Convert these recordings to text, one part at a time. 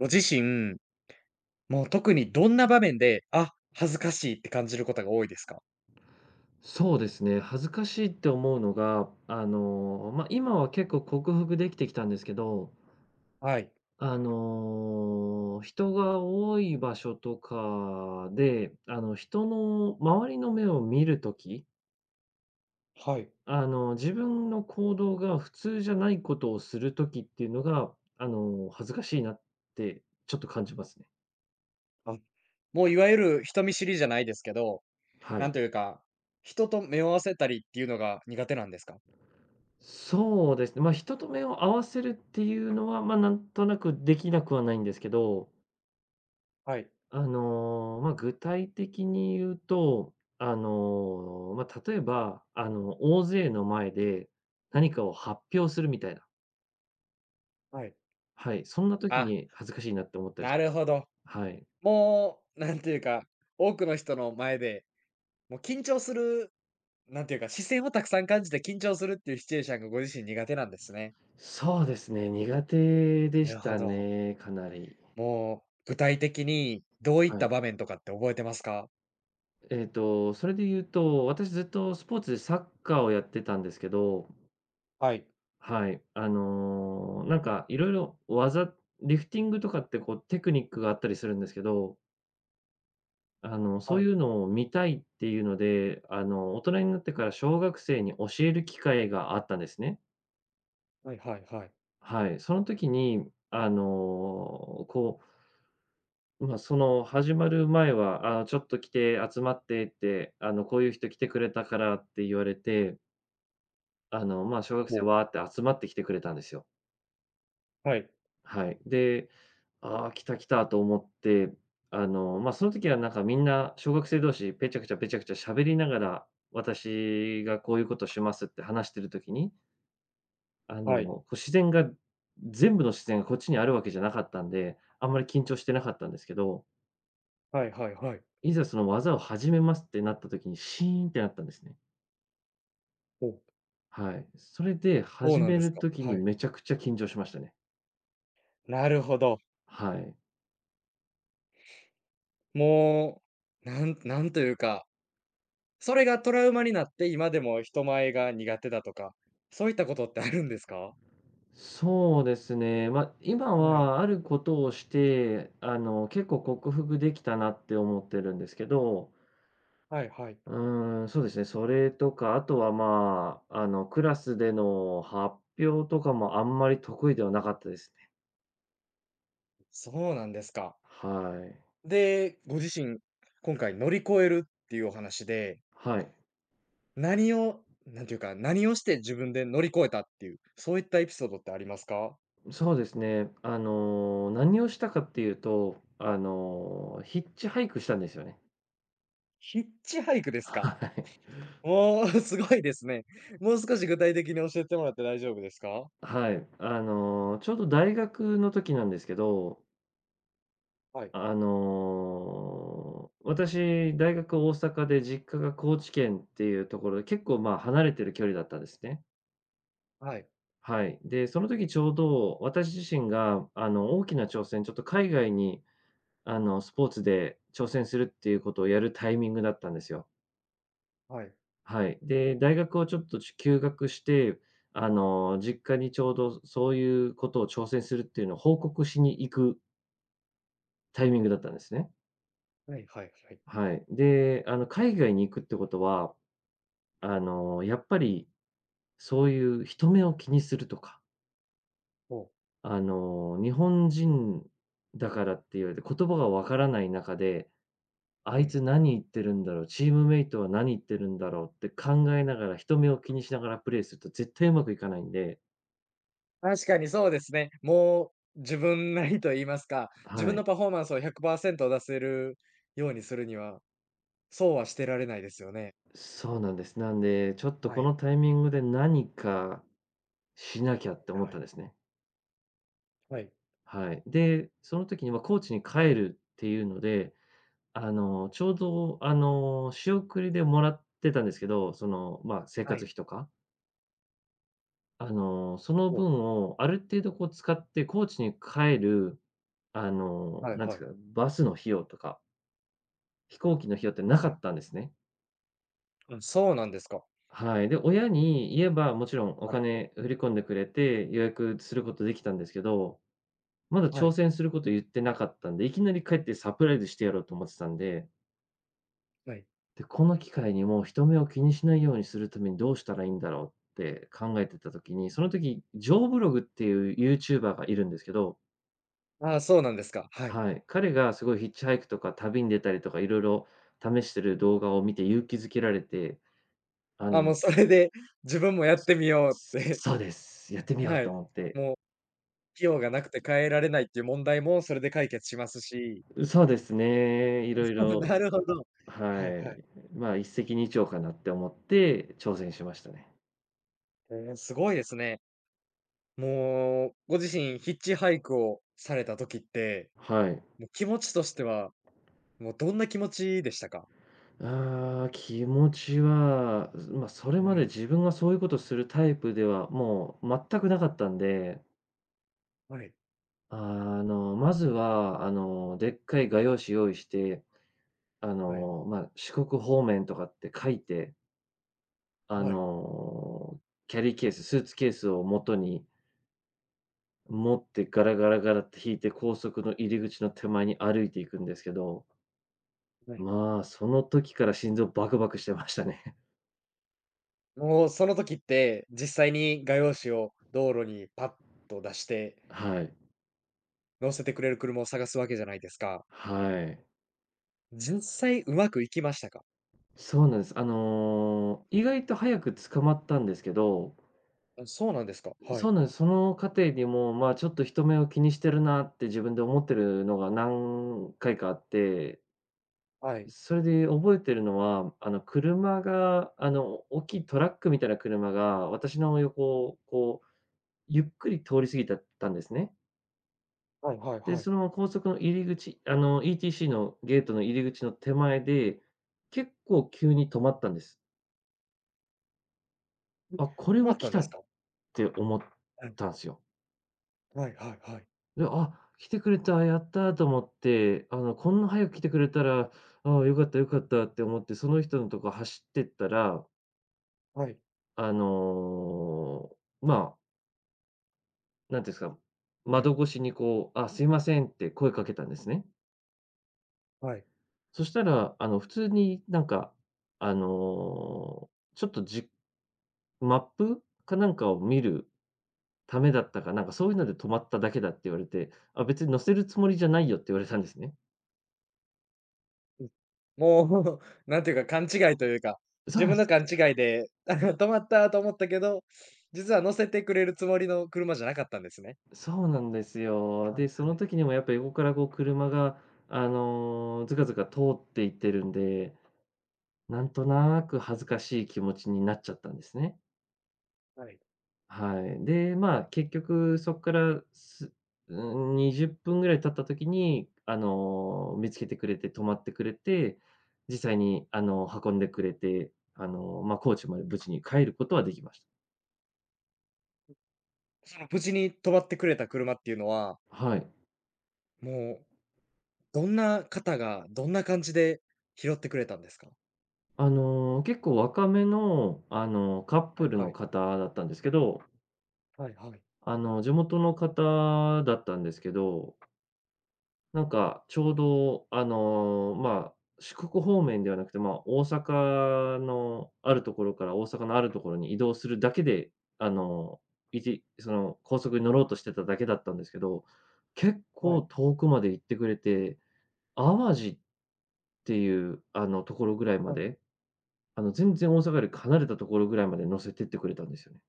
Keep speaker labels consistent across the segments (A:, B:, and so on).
A: ご自身、もう特にどんな場面で、あ、恥ずかしいって感じることが多いですか？
B: そうですね、恥ずかしいって思うのが、今は結構克服できてきたんですけど、
A: はい。
B: 人が多い場所とかで、人の周りの目を見るとき、
A: はい。
B: 自分の行動が普通じゃないことをするときっていうのが、恥ずかしいなってちょっと感じますね。
A: あ、もういわゆる人見知りじゃないですけど、
B: は
A: な
B: い。
A: んというか、人と目を合わせたりっていうのが苦手なんですか？
B: そうですね、まあ、人と目を合わせるっていうのは、まあ、なんとなくできなくはないんですけど
A: はい、
B: 具体的に言うと、例えば、大勢の前で何かを発表するみたいな、
A: はい。
B: はい、そんな時
A: あ、
B: に恥ずかしいなって思ったりし
A: な
B: ま
A: る
B: す。
A: ほど。
B: はい。
A: もう、なんていうか、多くの人の前で、もう緊張する、なんていうか、視線をたくさん感じて緊張するっていうシチュエーションがご自身苦手なんですね。
B: そうですね、苦手で
A: な
B: し
A: るほ
B: た
A: ど。
B: ね、かなり。
A: もう具体的にどういっ
B: は
A: た
B: い。
A: 場面とかって覚えてますか？
B: それで言うと、私ずっとスポーツでサッカーをやってたんですけど、
A: はい。
B: はい、なんかいろいろ技、リフティングとかってこうテクニックがあったりするんですけど、そ
A: は
B: う
A: い。
B: いうのを見たいっていうので、大人になってから小学生に教える機会があったんですね。
A: はいはいはい。
B: はい。その時に、こう、その始まる前は、あ、ちょっと来て、集まってって、こういう人来てくれたからって言われて、小学生
A: おう、
B: わーって集まってきてくれたんですよ。
A: はい。
B: はい。で、ああ、来た来たと思って、その時はなんかみんな小学生同士ペチャクチャペチャクチャ喋りながら、私がこういうことしますって話してる時に、
A: はい。
B: 自然が全部の自然がこっちにあるわけじゃなかったんで、あんまり緊張してなかったんですけど、
A: はいはいはい。
B: いざその技を始めますってなった時にシーンってなったんですね。
A: おう、
B: はい。それで
A: そう
B: 始
A: なん
B: め
A: です
B: る
A: か。
B: 時に
A: はい。
B: めちゃくちゃ緊張しましたね。
A: なるほど。
B: はい。
A: もう、なんというか、それがトラウマになって今でも人前が苦手だとか、そういったことってあるんですか？
B: そうですね。まあ、今
A: はい。
B: はあることをして、結構克服できたなって思ってるんですけど、
A: はいはい。
B: そうですね、それとか、あとは、クラスでの発表とかもあんまり得意ではなかったですね。
A: そうなんですか。
B: はい。
A: で、ご自身、今回乗り越えるっていうお話で、
B: はい。
A: 何をなんていうか、何をして自分で乗り越えたっていう、そういったエピソードってありますか？
B: そうですね。何をしたかっていうと、ヒッチハイクしたんですよね。
A: ヒッチハイクですか？
B: はい。
A: おお、すごいですね。もう少し具体的に教えてもらって大丈夫ですか？
B: はい。ちょうど大学の時なんですけど、
A: はい。
B: 私、大学大阪で実家が高知県っていうところで、結構、まあ、離れてる距離だったんですね。
A: はい。
B: はい。で、その時ちょうど私自身が、大きな挑戦、ちょっと海外に、スポーツで挑戦するっていうことをやるタイミングだったんですよ。
A: はい。
B: はい。で、大学をちょっと休学して、実家にちょうどそういうことを挑戦するっていうのを報告しに行くタイミングだったんですね。
A: はいはいはい。
B: はい。で、海外に行くってことは、あの、やっぱり、そういう人目を気にするとか、
A: おう。
B: 日本人だからって言われて、言葉がわからない中で、あ
A: う
B: い
A: ん。
B: つ何言ってるんだろう、チームメイトは何言ってるんだろうって考えながら、人目を気にしながらプレーすると絶対うまくいかないんで、
A: 確かにそうですね。もう自分なりと言いますか、自
B: は
A: 分
B: い。
A: のパフォーマンスを100%出せるようにするには、そうはしてられないですよね。
B: そうなんです。なんで、ちょっと
A: は
B: こ
A: い。
B: のタイミングで何かしなきゃって思っ
A: は
B: た
A: い。
B: んですね。
A: はい。
B: はい。で、その時に、ま、コーチに帰るっていうので、ちょうど、仕送りでもらってたんですけど、その、まあ、生
A: は
B: 活
A: い。
B: 費とか、その
A: おお、
B: 分をある程度こう使って高知に帰る、
A: はいはい。
B: な
A: は
B: ん
A: い
B: で
A: は
B: すか、
A: い
B: バスの費用とか、飛行機の費用っ
A: おはいは
B: てなか
A: いは
B: っ
A: い
B: たんですね。
A: うん、そうなんですか。
B: はい。で、親に言えば、もちろんお
A: はい。
B: 金振り込んでくれて、予約することできたんですけど、まだ
A: は
B: 挑
A: い。
B: 戦すること言ってなかったんで、いきなり帰ってサプライズしてやろうと思ってたんで
A: はい。
B: で、この機会にもう人目を気にしないようにするためにどうしたらいいんだろうって考えてた時に、その時、ジョーブログっていうユーチューバーがいるんですけど、
A: あ、そうなんですか。はい。
B: はい、彼がすごいヒッチハイクとか旅に出たりとかいろいろ試してる動画を見て勇気づけられて、あ
A: あ、も
B: の
A: うそれで自分もやってみようって、
B: そうです。やって みよう
A: は
B: と
A: い。
B: 思って。
A: もう費用がなくて変えられないっていう問題もそれで解決しますし。
B: そうですね、い
A: あ、
B: ろ
A: そ
B: い
A: う
B: ろ、
A: なるほど。はい
B: は
A: はい。
B: い。まあ、一石二鳥かなって思って挑戦しましたね。
A: ええ、すごいですね。もう、ご自身ヒッチハイクをされた時って、
B: はい。
A: もう気持ちとしては、もうどんな気持ちでしたか？
B: ああ、気持ちは、まあ、それ
A: は
B: まで
A: い、
B: 自分がそういうことするタイプでは、もう全くなかったんで、
A: はい、
B: まずは、でっかい画用紙用意して、
A: はい、
B: 四国方面とかって書いて、あ
A: はい、
B: の、キャリーケース、スーツケースを元に持ってガラガラガラって引いて、高速の入り口の手前に歩いていくんですけど、
A: はい。
B: まあ、その時から心臓バクバクしてましたね。
A: もうその時って、実際に画用紙を道路にパッと出して、
B: はい。
A: 乗せてくれる車を探すわけじゃないですか。
B: はい。
A: 実際うまくいきましたか？
B: そうなんです。意外と早く捕まったんですけど、
A: あ、そうなんですか。は
B: そう
A: い。
B: なんです。その過程にも、まあ、ちょっと人目を気にしてるなって自分で思ってるのが何回かあって、
A: はい。
B: それで覚えてるのは、車が、大きいトラックみたいな車が、私の横をこう、ゆっくり通り過ぎたったんですね。
A: はいはい
B: で、
A: はい。
B: その高速の入り口、ETC のゲートの入り口の手前で、結構急に止まったんです。
A: 止
B: あ、これ
A: 困
B: は
A: った
B: 来
A: んで
B: た
A: すか？
B: て思ったんすよ。
A: はいはいはい。
B: で、あ、来てくれた、やったと思って、こんな早く来てくれたら、ああ、よかったよかったって思って、その人のとこ走ってったら、
A: はい。
B: あの、まあ、なんていうんすか、
A: は
B: 窓
A: い。
B: 越しにこう、あ、すいませんって声かけたんですね。
A: はいはい。
B: そしたら、普通になんか、あの、ちょっとじマップかなんかを見るためだったか、なんかそういうので止まっただけだって言われて、あ、別に乗せるつもりじゃないよって言われたんですね。
A: うん。もう なんていうか、勘違いというか、
B: そう
A: 自
B: なんで
A: 分の
B: す。
A: 勘違いで 止まったと思ったけど、実は乗せてくれるつもりの車じゃなかったんですね。
B: そうなんですよ。
A: は
B: で、
A: い
B: その
A: はい。
B: 時にもやっぱ横からこう車が、ずかずか通っていってるんで、なんとなく恥ずかしい気持ちになっちゃったんですね。
A: はい。
B: はい。で、まあ、結局そっから、すうん、20分ぐらい経った時に、見つけてくれて、止まってくれて、実際に、運んでくれて、ま、高知まで無事に帰ることはできました。
A: その無事に止まってくれた車っていうのは、
B: はい。
A: もう、どんな方が、どんな感じで拾ってくれたんですか？
B: 結構若めの、カッ
A: は
B: プ
A: い
B: ルの
A: はい。
B: 方だったんですけど、
A: はいはい。
B: 地元の方だったんですけど、なんかちょうど、四国方面ではなくて、まあ、大阪のあるところから大阪のあるところに移動するだけで、あの、いちその、高速に乗ろうとしてただけだったんですけど、結
A: は
B: 構
A: い
B: 遠くまで行ってくれて、淡路っていう、ところぐらいま
A: はい。
B: で、全然大阪より離れたところぐらいまで乗せてってくれたんですよね。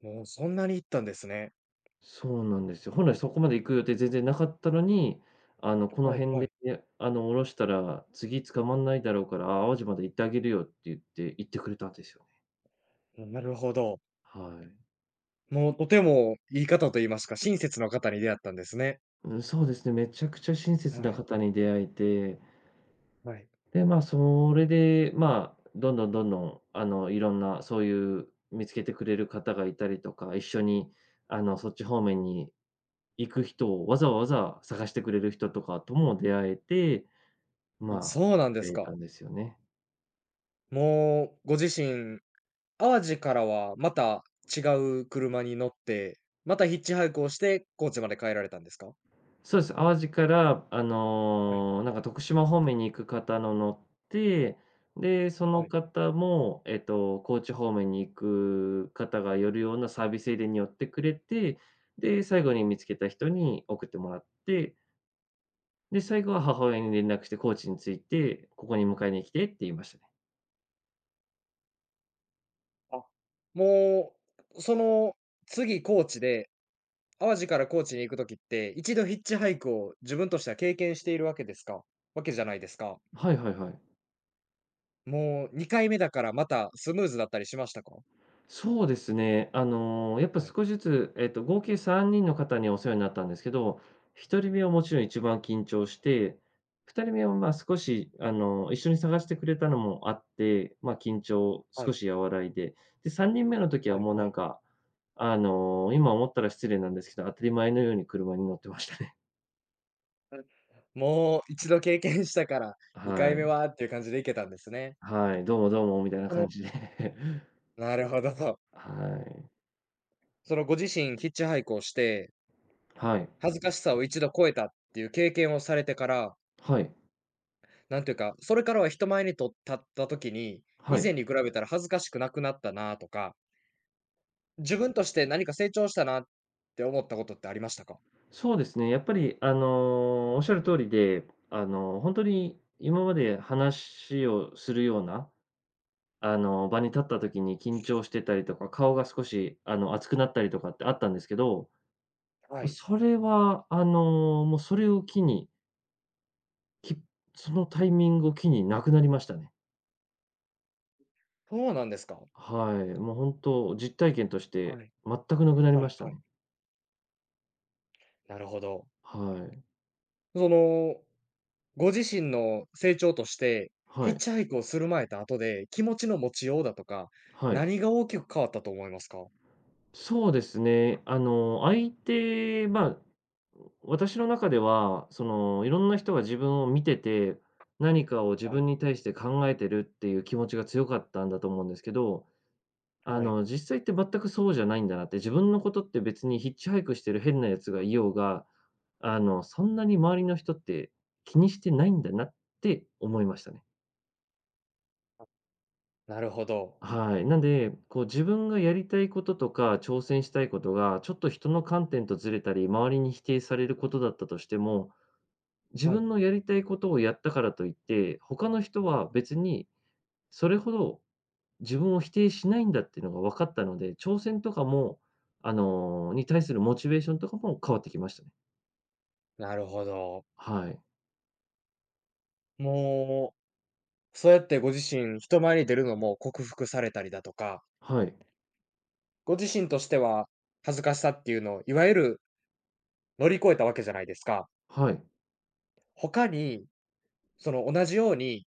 A: もうそんなに行ったんですね。
B: そうなんですよ。本来そこまで行く予定全然なかったのに、この
A: はい
B: 辺
A: は
B: で、
A: い。
B: ね降ろしたら次捕まんないだろうから、淡路まで行ってあげるよって言って行ってくれたんですよね。
A: なるほど。
B: はい。
A: もうとてもいい方と言いますか、親切の方に出会ったんですね。
B: うん、そうですね、めちゃくちゃ親
A: は
B: 切な
A: い、
B: 方に出会えて、
A: はい。
B: で、まあ、それで、まあ、どんどんどんどん、いろんなそういう見つけてくれる方がいたりとか、一緒に、そっち方面に行く人をわざわざ探してくれる人とかとも出会えて、
A: うん、
B: まあ、
A: そうなんで
B: く
A: す
B: れた
A: か。
B: んですよね。
A: もうご自身、淡路からはまた違う車に乗って、またヒッチハイクをして、高知まで帰られたんですか？
B: そうです。淡路から、
A: はい、
B: なんか徳島方面に行く方の乗って、で、その
A: はい。
B: 方も、高知方面に行く方が寄るようなサービスエリアに寄ってくれて、で、最後に見つけた人に送ってもらって、で、最後は母親に連絡して高知に着いて、ここに迎えに来てって言いましたね。
A: あ、もう、その次高知で、淡路から高知に行く時って、一度ヒッチハイクを自分としては経験しているわけじゃないですか。
B: はいはいはい。
A: もう2回目だからまたスムーズだったりしましたか？
B: そうですね。やっぱ
A: はい、
B: 少しずつ、合計3人の方にお世話になったんですけど、1人目はもちろん一番緊張して、2人目はまあ少し、一緒に探してくれたのもあって、まあ、緊張
A: は
B: 少
A: い、
B: し和らいで、で、3人目の時は
A: はい
B: もうな
A: は
B: ん
A: い。
B: か、今思ったら失礼なんですけど、当たり前のように車に乗ってましたね。
A: もう一度経験したから、2
B: は
A: 回
B: い。
A: 目はっていう感じで行けたんですね。
B: はい。どうもどうも
A: そ
B: みたいな
A: の
B: 感じで。
A: なるほど。
B: はい。
A: そのご自身ヒッチハイクをして、
B: はい。
A: 恥ずかしさを一度超えたっていう経験をされてから、
B: はい。
A: なんていうか、それからは人前にと立った時に、
B: は
A: 以
B: い。
A: 前に比べたら恥ずかしくなくなったなとか、自分として何か成長したなって思ったことってありましたか？
B: そうですね、やっぱり、おっしゃる通りで、本当に今まで話をするような、場に立った時に緊張してたりとか、顔が少し、熱くなったりとかってあったんですけど、
A: はい。
B: それは、もうそれを機に、きそのタイミングを機になくなりましたね。
A: そうなんですか？
B: はい、もう本当、実体験とし
A: は
B: て
A: い、
B: 全くなくなり
A: は
B: ま
A: い
B: した
A: はい。
B: ね。
A: なるほど。
B: はい。
A: そのご自身の成長として、ヒ
B: は
A: ッ
B: い。
A: チハイクをする前と後で気持ちの持ちようだとか、
B: はい。
A: 何が大きく変わったと思いますか？
B: そうですね。まあ私の中では、いろんな人が自分を見てて、何かを自
A: は
B: 分
A: い、
B: に対して考えてるっていう気持ちが強かったんだと思うんですけど、
A: はい。
B: 実際って全くそうじゃないんだなって、自分のことって別にヒッチハイクしてる変なやつがいようが、そんなに周りの人って気にしてないんだなって思いましたね。
A: あ、なるほど。
B: はい。なんで、こう自分がやりたいこととか挑戦したいことが、ちょっと人の観点とずれたり、周りに否定されることだったとしても、自
A: はい。
B: 分のやりたいことをやったからといって、他の人は別にそれほど自分を否定しないんだっていうのが分かったので、挑戦とかも、に対するモチベーションとかも変わってきましたね。
A: なるほど。
B: はい。
A: もう、そうやってご自身、人前に出るのも克服されたりだとか、
B: はい。
A: ご自身としては恥ずかしさっていうのをいわゆる乗り越えたわけじゃないですか。
B: はい。
A: 他に、その同じように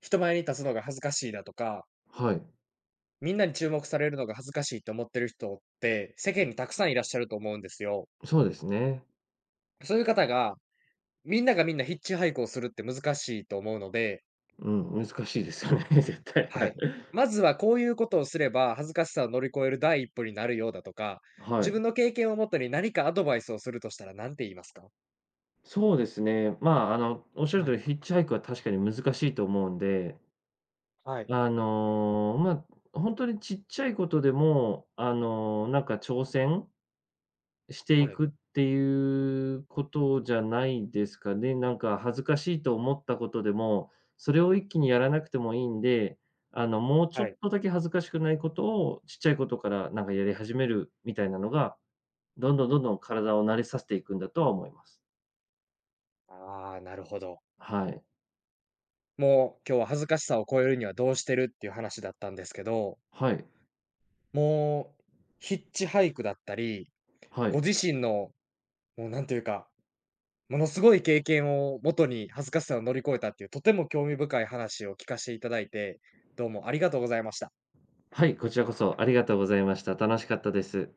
A: 人前に立つのが恥ずかしいだとか
B: はい。
A: みんなに注目されるのが恥ずかしいと思ってる人って世間にたくさんいらっしゃると思うんですよ。
B: そうですね。
A: そういう方が、みんながみんなヒッチハイクをするって難しいと思うので、
B: うん、難しいですよね、
A: ん
B: 絶対。は
A: は
B: い。
A: い。まずはこういうことをすれば恥ずかしさを乗り越える第一歩になるようだとか、
B: は
A: 自
B: い。
A: 分の経験をもとに何かアドバイスをするとしたら何て言いますか？
B: そうですね。まあ、あの、おっしゃる
A: は
B: 通り、
A: い。
B: ヒッチハイクは確かに難しいと思うんで、
A: はい。
B: あの、ま、本当にちっちゃいことでも、なんか挑戦してい
A: はい。
B: くっていうことじゃないですかね。なんか恥ずかしいと思ったことでも、それを一気にやらなくてもいいんで、もうちょ
A: は
B: っ
A: い。
B: とだけ恥ずかしくないことをちっちゃいことからなんかやり始めるみたいなのが、どんどんどんどん体を慣れさせていくんだとは思います。
A: ああ、なるほど。
B: はい。
A: もう今日は恥ずかしさを超えるにはどうしてるっていう話だったんですけど、
B: はい。
A: もうヒッチハイクだったり、
B: は
A: ご
B: い。
A: 自身の、もうなんというか、ものすごい経験をもとに恥ずかしさを乗り越えたっていう、とても興味深い話を聞かせていただいて、どうもありがとうございました。
B: はい、こちらこそありがとうございました。楽しかったです。